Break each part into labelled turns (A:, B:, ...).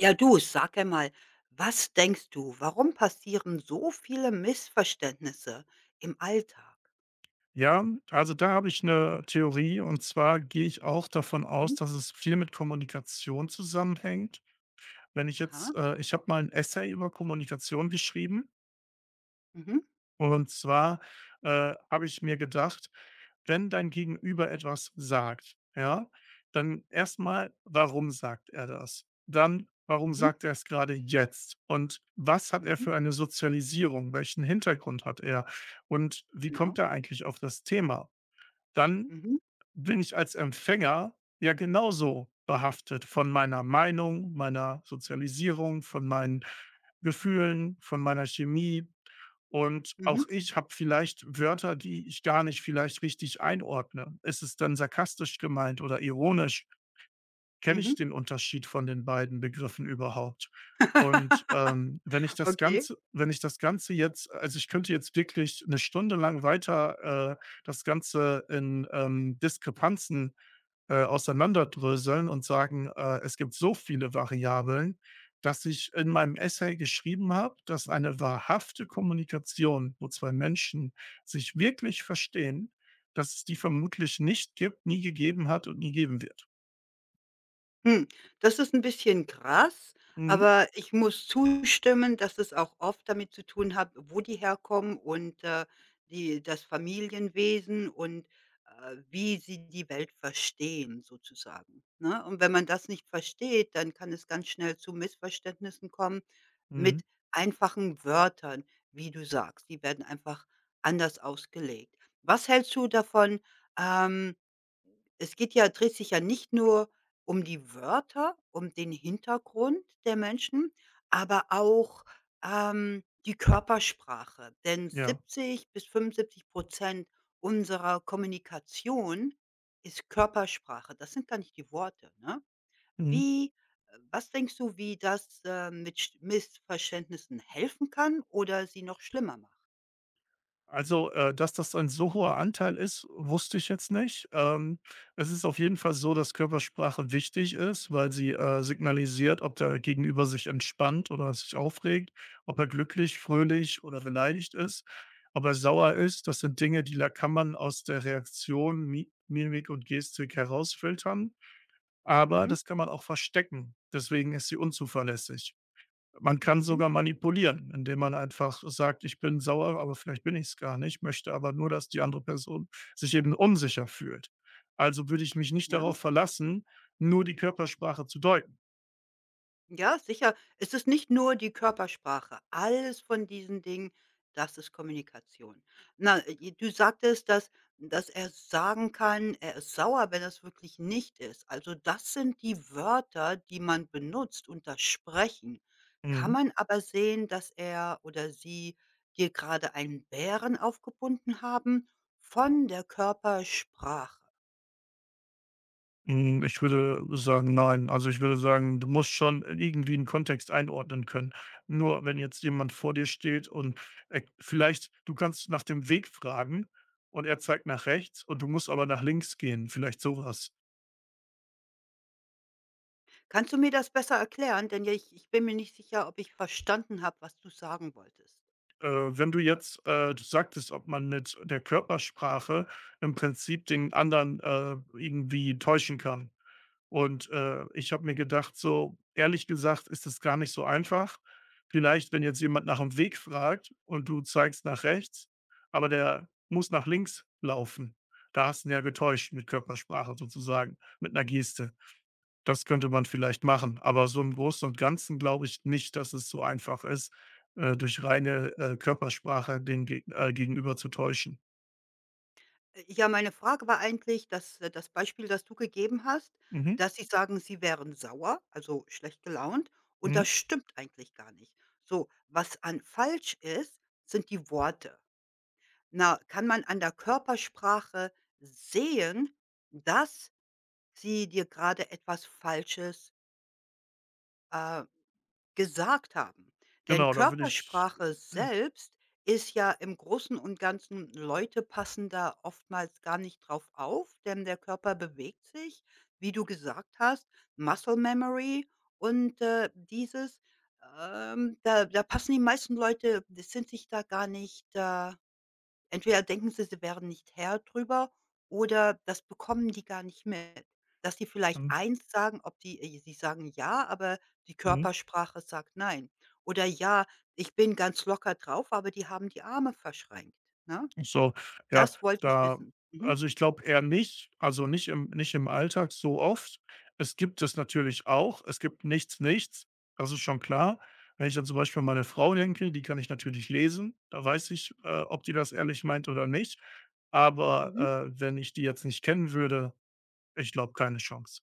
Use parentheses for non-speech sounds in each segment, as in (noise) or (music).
A: Ja, du, sag einmal, was denkst du, warum passieren so viele Missverständnisse im Alltag?
B: Ja, also da habe ich eine Theorie und zwar gehe ich auch davon aus,
A: Mhm.
B: dass es viel mit Kommunikation zusammenhängt. Wenn ich
A: Aha.
B: jetzt Ich habe mal 'n Essay über Kommunikation geschrieben
A: Mhm.
B: und zwar, habe ich mir gedacht, wenn dein Gegenüber etwas sagt, ja, dann erstmal, warum sagt er das? Dann, warum
A: Mhm.
B: sagt er es gerade jetzt? Und was hat er
A: Mhm.
B: für eine Sozialisierung? Welchen Hintergrund hat er? Und wie kommt
A: Genau.
B: er eigentlich auf das Thema? Dann
A: Mhm.
B: bin ich als Empfänger ja genauso behaftet von meiner Meinung, meiner Sozialisierung, von meinen Gefühlen, von meiner Chemie. Und
A: Mhm.
B: auch ich habe vielleicht Wörter, die ich gar nicht vielleicht richtig einordne. Ist es dann sarkastisch gemeint oder ironisch? Kenne ich
A: Mhm.
B: den Unterschied von den beiden Begriffen überhaupt? Wenn ich
A: (laughs)
B: das
A: Okay.
B: Ganze wenn ich das Ganze jetzt also, ich könnte jetzt wirklich eine Stunde lang weiter, das Ganze in Diskrepanzen, auseinanderdröseln und sagen, es gibt so viele Variablen, dass ich in meinem Essay geschrieben habe, dass eine wahrhafte Kommunikation, wo 2 Menschen sich wirklich verstehen, dass es die vermutlich nicht gibt, nie gegeben hat und nie geben wird.
A: Hm, das ist ein bisschen krass,
B: Mhm.
A: aber ich muss zustimmen, dass es auch oft damit zu tun hat, wo die herkommen und die das Familienwesen und wie sie die Welt verstehen sozusagen, ne? Und wenn man das nicht versteht, dann kann es ganz schnell zu Missverständnissen kommen
B: Mhm.
A: mit einfachen Wörtern, wie du sagst. Die werden einfach anders ausgelegt. Was hältst du davon, ähm es geht ja dreht sich ja nicht nur um die Wörter, um den Hintergrund der Menschen, aber auch, die Körpersprache. Denn
B: Ja.
A: 70 bis 75 unserer Kommunikation ist Körpersprache. Das sind gar nicht die Worte, ne?
B: Mhm.
A: Wie was denkst du, wie das, mit Sch Missverständnissen helfen kann oder sie noch schlimmer macht?
B: Dass das ein so hoher Anteil ist, wusste ich jetzt nicht. Es ist auf jeden Fall so, dass Körpersprache wichtig ist, weil sie, signalisiert, ob der Gegenüber sich entspannt oder sich aufregt, ob er glücklich, fröhlich oder beleidigt ist, ob er sauer ist. Das sind Dinge, die la kann man aus der Reaktion, Mi Mimik und Gestik herausfiltern, aber
A: Mhm,
B: das kann man auch verstecken. Deswegen ist sie unzuverlässig. Man kann
A: mhm,
B: sogar manipulieren, indem man einfach sagt: „Ich bin sauer, aber vielleicht bin ich es gar nicht, möchte aber nur, dass die andere Person sich eben unsicher fühlt. Also würde ich mich nicht
A: ja.
B: darauf verlassen, nur die Körpersprache zu deuten."
A: Ja, sicher. Es ist nicht nur die Körpersprache. Alles von diesen Dingen, das ist Kommunikation. Na, du sagtest, dass er sagen kann, er ist sauer, wenn er's wirklich nicht ist. Also, das sind die Wörter, die man benutzt und das Sprechen. Kann
B: Mhm.
A: man aber sehen, dass er oder sie dir gerade einen Bären aufgebunden haben? Von der Körpersprache.
B: Hm, ich würde sagen: „Nein." Also, ich würde sagen, du musst schon irgendwie 'n Kontext einordnen können. Nur wenn jetzt jemand vor dir steht und er vielleicht du kannst nach dem Weg fragen und er zeigt nach rechts und du musst aber nach links gehen, vielleicht sowas.
A: Kannst du mir das besser erklären? Denn ja, ich bin mir nicht sicher, ob ich verstanden habe, was du sagen wolltest.
B: Wenn du jetzt, du sagtest, ob man mit der Körpersprache im Prinzip den anderen, irgendwie täuschen kann. Ich habe mir gedacht, so ehrlich gesagt ist das gar nicht so einfach. Vielleicht, wenn jetzt jemand nach dem Weg fragt und du zeigst nach rechts, aber der muss nach links laufen. Da hast du ihn ja getäuscht mit Körpersprache sozusagen, mit einer Geste. Das könnte man vielleicht machen, aber so im Großen und Ganzen glaube ich nicht, dass es so einfach ist, durch reine, Körpersprache den Gegenüber zu täuschen.
A: Ja, meine Frage war eigentlich, dass, das Beispiel, das du gegeben hast,
B: Mhm,
A: dass sie sagen, sie wären sauer, also schlecht gelaunt, und
B: mhm.
A: das stimmt eigentlich gar nicht. So, was an falsch ist, sind die Worte. Na, kann man an der Körpersprache sehen, dass sie dir gerade etwas Falsches, äh, gesagt haben. Denn
B: Genau, da würde ich
A: Körpersprache
B: ja,
A: selbst ist ja im Großen und Ganzen Leute passen da oftmals gar nicht drauf auf, denn der Körper bewegt sich, wie du gesagt hast, Muscle Memory und dieses da passen die meisten Leute die sind sich da gar nicht, Entweder denken sie, sie wären nicht Herr drüber oder das bekommen die gar nicht mit. Dass die vielleicht
B: mhm,
A: eins sagen, ob die sie sagen „ja“, aber die
B: mhm.
A: Körpersprache sagt „nein“ oder „ja, ich bin ganz locker drauf“, aber die haben die Arme verschränkt, ne?
B: So, ja,
A: Das wollte ich
B: da
A: wissen. Mhm,
B: also, ich glaube eher nicht, also, nicht im Alltag so oft. Es gibt es natürlich auch. Es gibt nichts, nichts, das ist schon klar. Wenn ich dann zum Beispiel an meine Frau denke, die kann ich natürlich lesen. Da weiß ich, ob die das ehrlich meint oder nicht.
A: mhm.
B: Aber wenn ich die jetzt nicht kennen würde, ich glaube, keine Chance.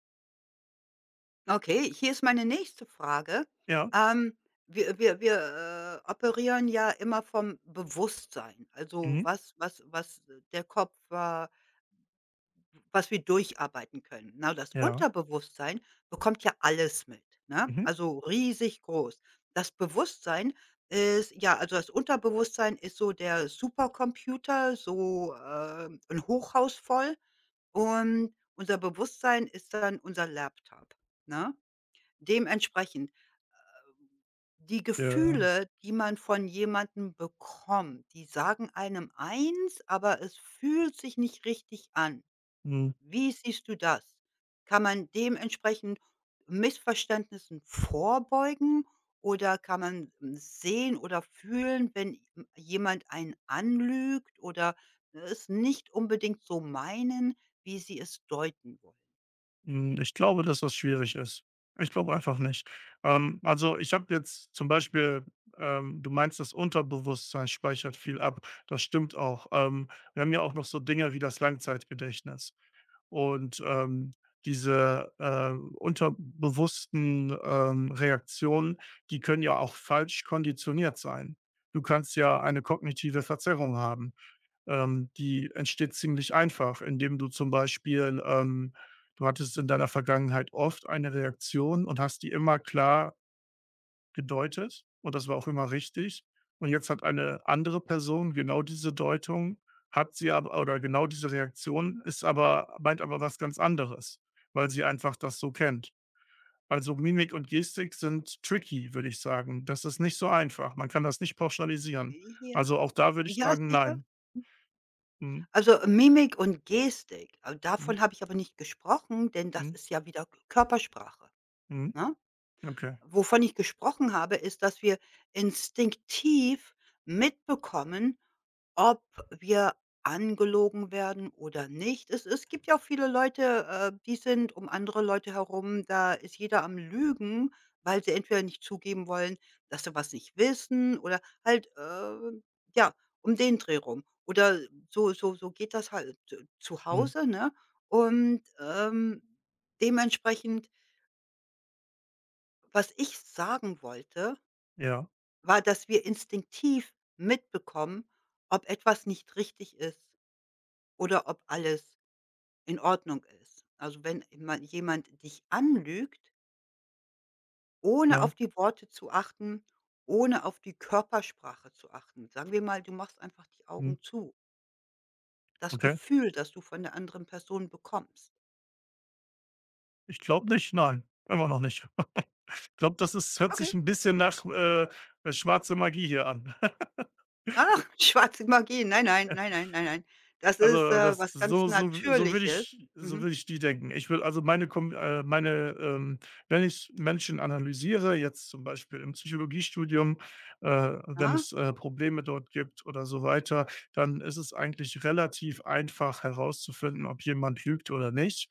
A: Okay, hier ist meine nächste Frage.
B: Ja.
A: Ähm, wir operieren ja immer vom Bewusstsein, also
B: Mhm.
A: was der Kopf, was wir durcharbeiten können. Na, das
B: Ja.
A: Unterbewusstsein bekommt ja alles mit, ne?
B: Mhm.
A: Also, riesig groß. Das Bewusstsein ist ja, also das Unterbewusstsein ist so der Supercomputer, so, 'n Hochhaus voll und unser Bewusstsein ist dann unser Laptop, ne? Dementsprechend, die
B: Ja.
A: Gefühle, die man von jemandem bekommt, die sagen einem eins, aber es fühlt sich nicht richtig an.
B: Mhm.
A: Wie siehst du das? Kann man dementsprechend Missverständnissen vorbeugen oder kann man sehen oder fühlen, wenn jemand einen anlügt oder es nicht unbedingt so meinen, wie sie es deuten wollen?
B: Hm, ich glaube, dass das schwierig ist. Ich glaube einfach nicht. Also, ich habe jetzt zum Beispiel du meinst, das Unterbewusstsein speichert viel ab. Das stimmt auch. Wir haben ja auch noch so Dinge wie das Langzeitgedächtnis. Und diese, unterbewussten, Reaktionen, die können ja auch falsch konditioniert sein. Du kannst ja eine kognitive Verzerrung haben die entsteht ziemlich einfach, indem du zum Beispiel du hattest in deiner Vergangenheit oft eine Reaktion und hast die immer klar gedeutet und das war auch immer richtig. Und jetzt hat eine andere Person genau diese Deutung, hat sie aber oder genau diese Reaktion, ist aber meint aber was ganz anderes, weil sie einfach das so kennt. Also Mimik und Gestik sind tricky, würde ich sagen. Das ist nicht so einfach. Man kann das nicht pauschalisieren.
A: Ja,
B: Also auch da würde ich
A: ja,
B: sagen,
A: sicher.
B: nein. Mhm.
A: Also, Mimik und Gestik,
B: Mhm.
A: davon habe ich aber nicht gesprochen, denn das
B: Mhm.
A: ist ja wieder Körpersprache,
B: Mhm,
A: ne?
B: okay.
A: Wovon ich gesprochen habe, ist, dass wir instinktiv mitbekommen, ob wir angelogen werden oder nicht. Es gibt ja auch viele Leute, die sind um andere Leute herum, da ist jeder am Lügen, weil sie entweder nicht zugeben wollen, dass sie was nicht wissen oder halt, ja, um den Dreh rum. Oder so geht das halt z zu
B: Mhm.
A: Hause, ne? Und, dementsprechend was ich sagen wollte
B: Ja,
A: war, dass wir instinktiv mitbekommen, ob etwas nicht richtig ist oder ob alles in Ordnung ist. Also, wenn man jemand dich anlügt, ohne
B: ja.
A: auf die Worte zu achten, ohne auf die Körpersprache zu achten. Sagen wir mal, du machst einfach die
B: Mhm,
A: Augen zu. Das
B: okay.
A: Gefühl, das du von der anderen Person bekommst.
B: Ich glaube nicht, nein, immer noch nicht. (laughs) Ich glaube, das ist hört sich
A: Okay.
B: ein bisschen nach, äh, Magie hier an. (laughs)
A: Ach, (laughs) schwarze Magie. Nein, nein, nein, nein, nein, nein. Das ist,
B: Also, das
A: was ganz
B: so würde
A: Natürliches.
B: ich so
A: Mhm.
B: würde ich die denken. Ich würde also meine Kom meine, wenn ich Menschen analysiere, jetzt zum Beispiel im Psychologiestudium, wenn
A: Aha.
B: es, Probleme dort gibt oder so weiter, dann ist es eigentlich relativ einfach herauszufinden, ob jemand lügt oder nicht.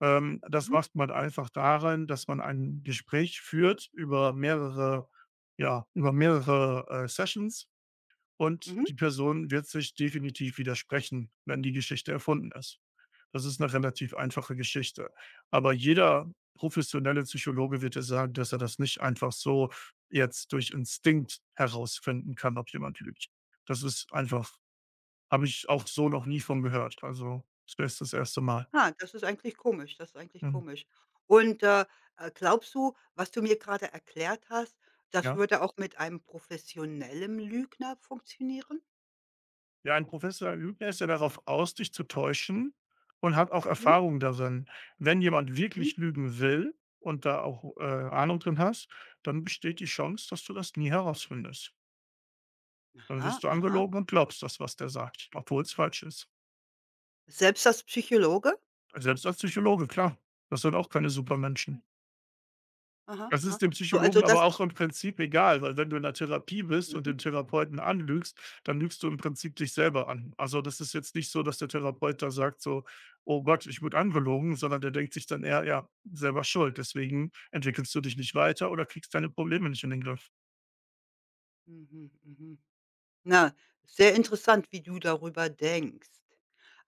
B: Das
A: Mhm.
B: macht man einfach daran, dass man ein Gespräch führt über mehrere ja, über mehrere, Sessions. Und
A: Mhm.
B: die Person wird sich definitiv widersprechen, wenn die Geschichte erfunden ist. Das ist eine relativ einfache Geschichte. Aber jeder professionelle Psychologe wird dir sagen, dass er das nicht einfach so jetzt durch Instinkt herausfinden kann, ob jemand lügt. Das ist einfach habe ich auch so noch nie von gehört. Also, ist jetzt das erste Mal.
A: Ah, das ist eigentlich komisch, das ist eigentlich
B: Mhm.
A: komisch. Und, glaubst du, was du mir gerade erklärt hast, das
B: Ja.
A: würde auch mit einem professionellen Lügner funktionieren?
B: Ja, ein professioneller Lügner ist ja darauf aus, dich zu täuschen und hat auch
A: Mhm,
B: Erfahrung darin. Wenn jemand
A: mhm.
B: wirklich lügen will und da auch Ahnung drin hast, dann besteht die Chance, dass du das nie herausfindest. Dann
A: Aha,
B: wirst du
A: aha.
B: angelogen und glaubst das, was der sagt, obwohl es falsch ist.
A: Selbst als Psychologe?
B: Selbst als Psychologe, klar. Das sind auch keine Supermenschen.
A: Aha,
B: Das
A: aha.
B: ist dem
A: So, also
B: Psychologen
A: das
B: aber auch im Prinzip egal, weil wenn du in der Therapie bist und
A: mhm,
B: den Therapeuten anlügst, dann lügst du im Prinzip dich selber an. Also, das ist jetzt nicht so, dass der Therapeut da sagt so: „Oh Gott, ich wurde angelogen", sondern der denkt sich dann eher: „Ja, selber schuld, deswegen entwickelst du dich nicht weiter oder kriegst deine Probleme nicht in den Griff."
A: mhm, mhm. Mhm. Na, sehr interessant, wie du darüber denkst.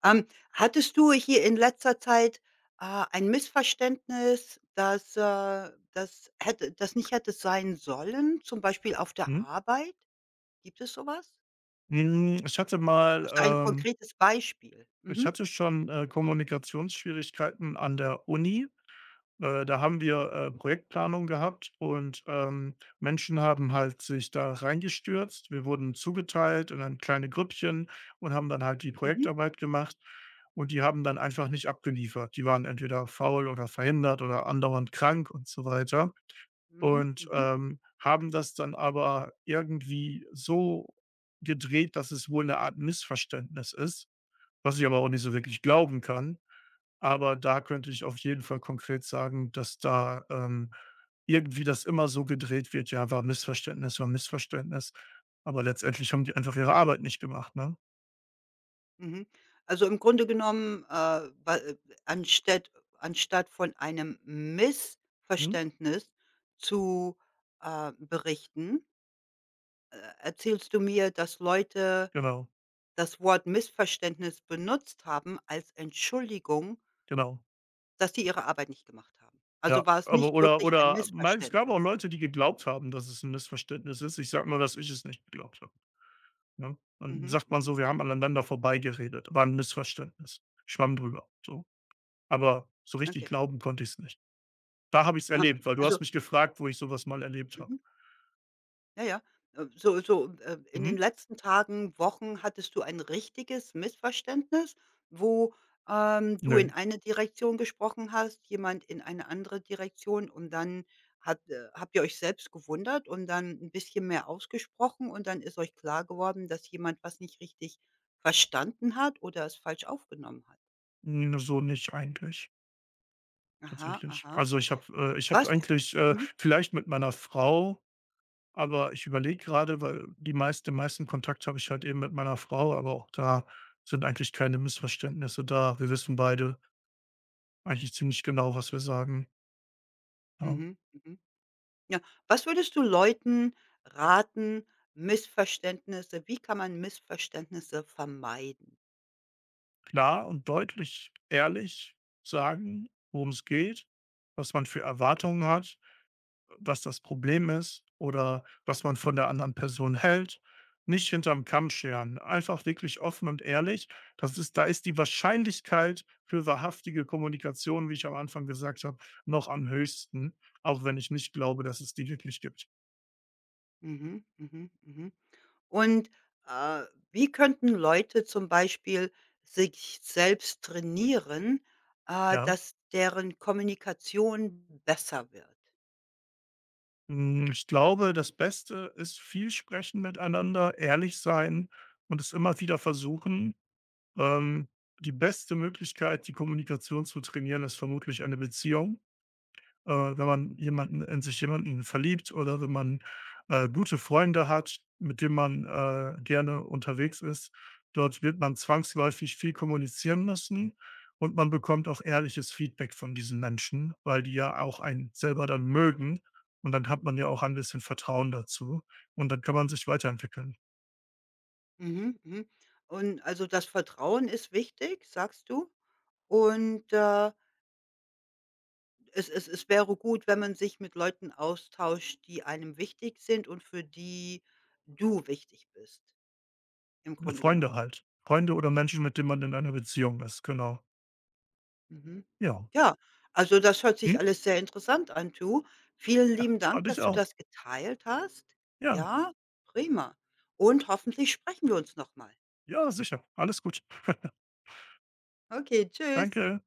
A: Ähm, hattest du hier in letzter Zeit, ein Missverständnis, das, das hätte das nicht hätte sein sollen, zum Beispiel auf der
B: Mhm.
A: Arbeit? Gibt es sowas?
B: Hm, ich hatte mal,
A: Hast du ein
B: ähm
A: konkretes Beispiel?
B: Ich
A: Mhm,
B: hatte schon, Kommunikationsschwierigkeiten an der Uni. Da haben wir, Projektplanung gehabt und, Menschen haben halt sich da reingestürzt. Wir wurden zugeteilt in ein kleine Grüppchen und haben dann halt die
A: mhm,
B: Projektarbeit gemacht und die haben dann einfach nicht abgeliefert. Die waren entweder faul oder verhindert oder andauernd krank und so weiter
A: mhm,
B: und,
A: mhm,
B: haben das dann aber irgendwie so gedreht, dass es wohl eine Art Missverständnis ist was ich aber auch nicht so wirklich glauben kann. Aber da könnte ich auf jeden Fall konkret sagen, dass da, irgendwie das immer so gedreht wird: „Ja, war Missverständnis, war Missverständnis." Aber letztendlich haben die einfach ihre Arbeit nicht gemacht, ne?
A: mhm. Also, im Grunde genommen, wa anstatt von einem
B: Mhm,
A: Missverständnis zu, berichten, erzählst du mir, dass Leute
B: genau,
A: das Wort Missverständnis benutzt haben als Entschuldigung,
B: genau.
A: dass sie ihre Arbeit nicht gemacht haben. Also,
B: Ja,
A: war es
B: aber
A: nicht
B: oder
A: wirklich ein
B: oder nein, es gab auch
A: Missverständnis?
B: Leute, die geglaubt haben, dass es ein Missverständnis ist. Ich sage nur, dass ich es nicht geglaubt habe, ne? Dann
A: Mhm,
B: sagt man
A: mhm.
B: so: „Wir haben aneinander vorbeigeredet. War ein Missverständnis. Schwamm drüber", so. Aber so richtig
A: Okay.
B: glauben konnte ich es nicht. Da habe ich's
A: Aha.
B: erlebt, weil du
A: Also
B: hast mich gefragt, wo ich so was mal erlebt habe.
A: mhm. Ja, ja. So in den
B: Mhm.
A: letzten Tagen, Wochen hattest du ein richtiges Missverständnis, wo, du in
B: Ne,
A: eine Direktion gesprochen hast, jemand in eine andere Direktion und dann hat habt ihr euch selbst gewundert und dann ein bisschen mehr ausgesprochen und dann ist euch klar geworden, dass jemand was nicht richtig verstanden hat oder es falsch aufgenommen hat.
B: n so nicht eigentlich,
A: Aha,
B: tatsächlich.
A: aha.
B: Also, ich habe
A: Was
B: eigentlich,
A: mhm,
B: vielleicht mit meiner Frau, aber ich überlege grade, weil die meist den meisten Kontakt habe ich halt eben mit meiner Frau, aber auch da sind eigentlich keine Missverständnisse da. Wir wissen beide eigentlich ziemlich genau, was wir sagen. Ja.
A: mhm, mhm. Ja. Was würdest du Leuten raten, Missverständnisse wie kann man Missverständnisse vermeiden?
B: Klar und deutlich ehrlich sagen, worum's geht, was man für Erwartungen hat. Was das Problem ist oder was man von der anderen Person hält, nicht hinterm Kamm scheren. Einfach wirklich offen und ehrlich. Das ist, da ist die Wahrscheinlichkeit für wahrhaftige Kommunikation, wie ich am Anfang gesagt habe, noch am höchsten, auch wenn ich nicht glaube, dass es die wirklich gibt.
A: Mhm, mhm, mhm. Und, äh, wie könnten Leute zum Beispiel sich selbst trainieren,
B: Ja.
A: dass deren Kommunikation besser wird?
B: Hm, ich glaube, das Beste ist viel sprechen miteinander, ehrlich sein und es immer wieder versuchen. Ähm, Die beste Möglichkeit, die Kommunikation zu trainieren, ist vermutlich eine Beziehung wenn man jemanden in sich jemanden verliebt oder wenn man, gute Freunde hat, mit denen man, gerne unterwegs ist. Dort wird man zwangsläufig viel kommunizieren müssen und man bekommt auch ehrliches Feedback von diesen Menschen, weil die ja auch einen selber dann mögen und dann hat man ja auch ein bisschen Vertrauen dazu und dann kann man sich weiterentwickeln.
A: Mhm, mhm. Und also das Vertrauen ist wichtig, sagst du. Und, Es es wäre gut, wenn man sich mit Leuten austauscht, die einem wichtig sind und für die du wichtig bist, im
B: Ja,
A: Grunde genommen.
B: Freunde halt. Freunde oder Menschen, mit denen man in einer Beziehung ist, genau.
A: Mhm.
B: Ja.
A: Ja, also das hört
B: Hm?
A: sich alles sehr interessant an, du. Vielen
B: Ja,
A: lieben Dank,
B: fand
A: dass
B: ich
A: du
B: auch.
A: das geteilt hast.
B: Ja,
A: Ja, prima. Und hoffentlich sprechen wir uns nochmal.
B: ja, sicher. Alles gut.
A: Okay,
B: (laughs)
A: tschüss.
B: Danke.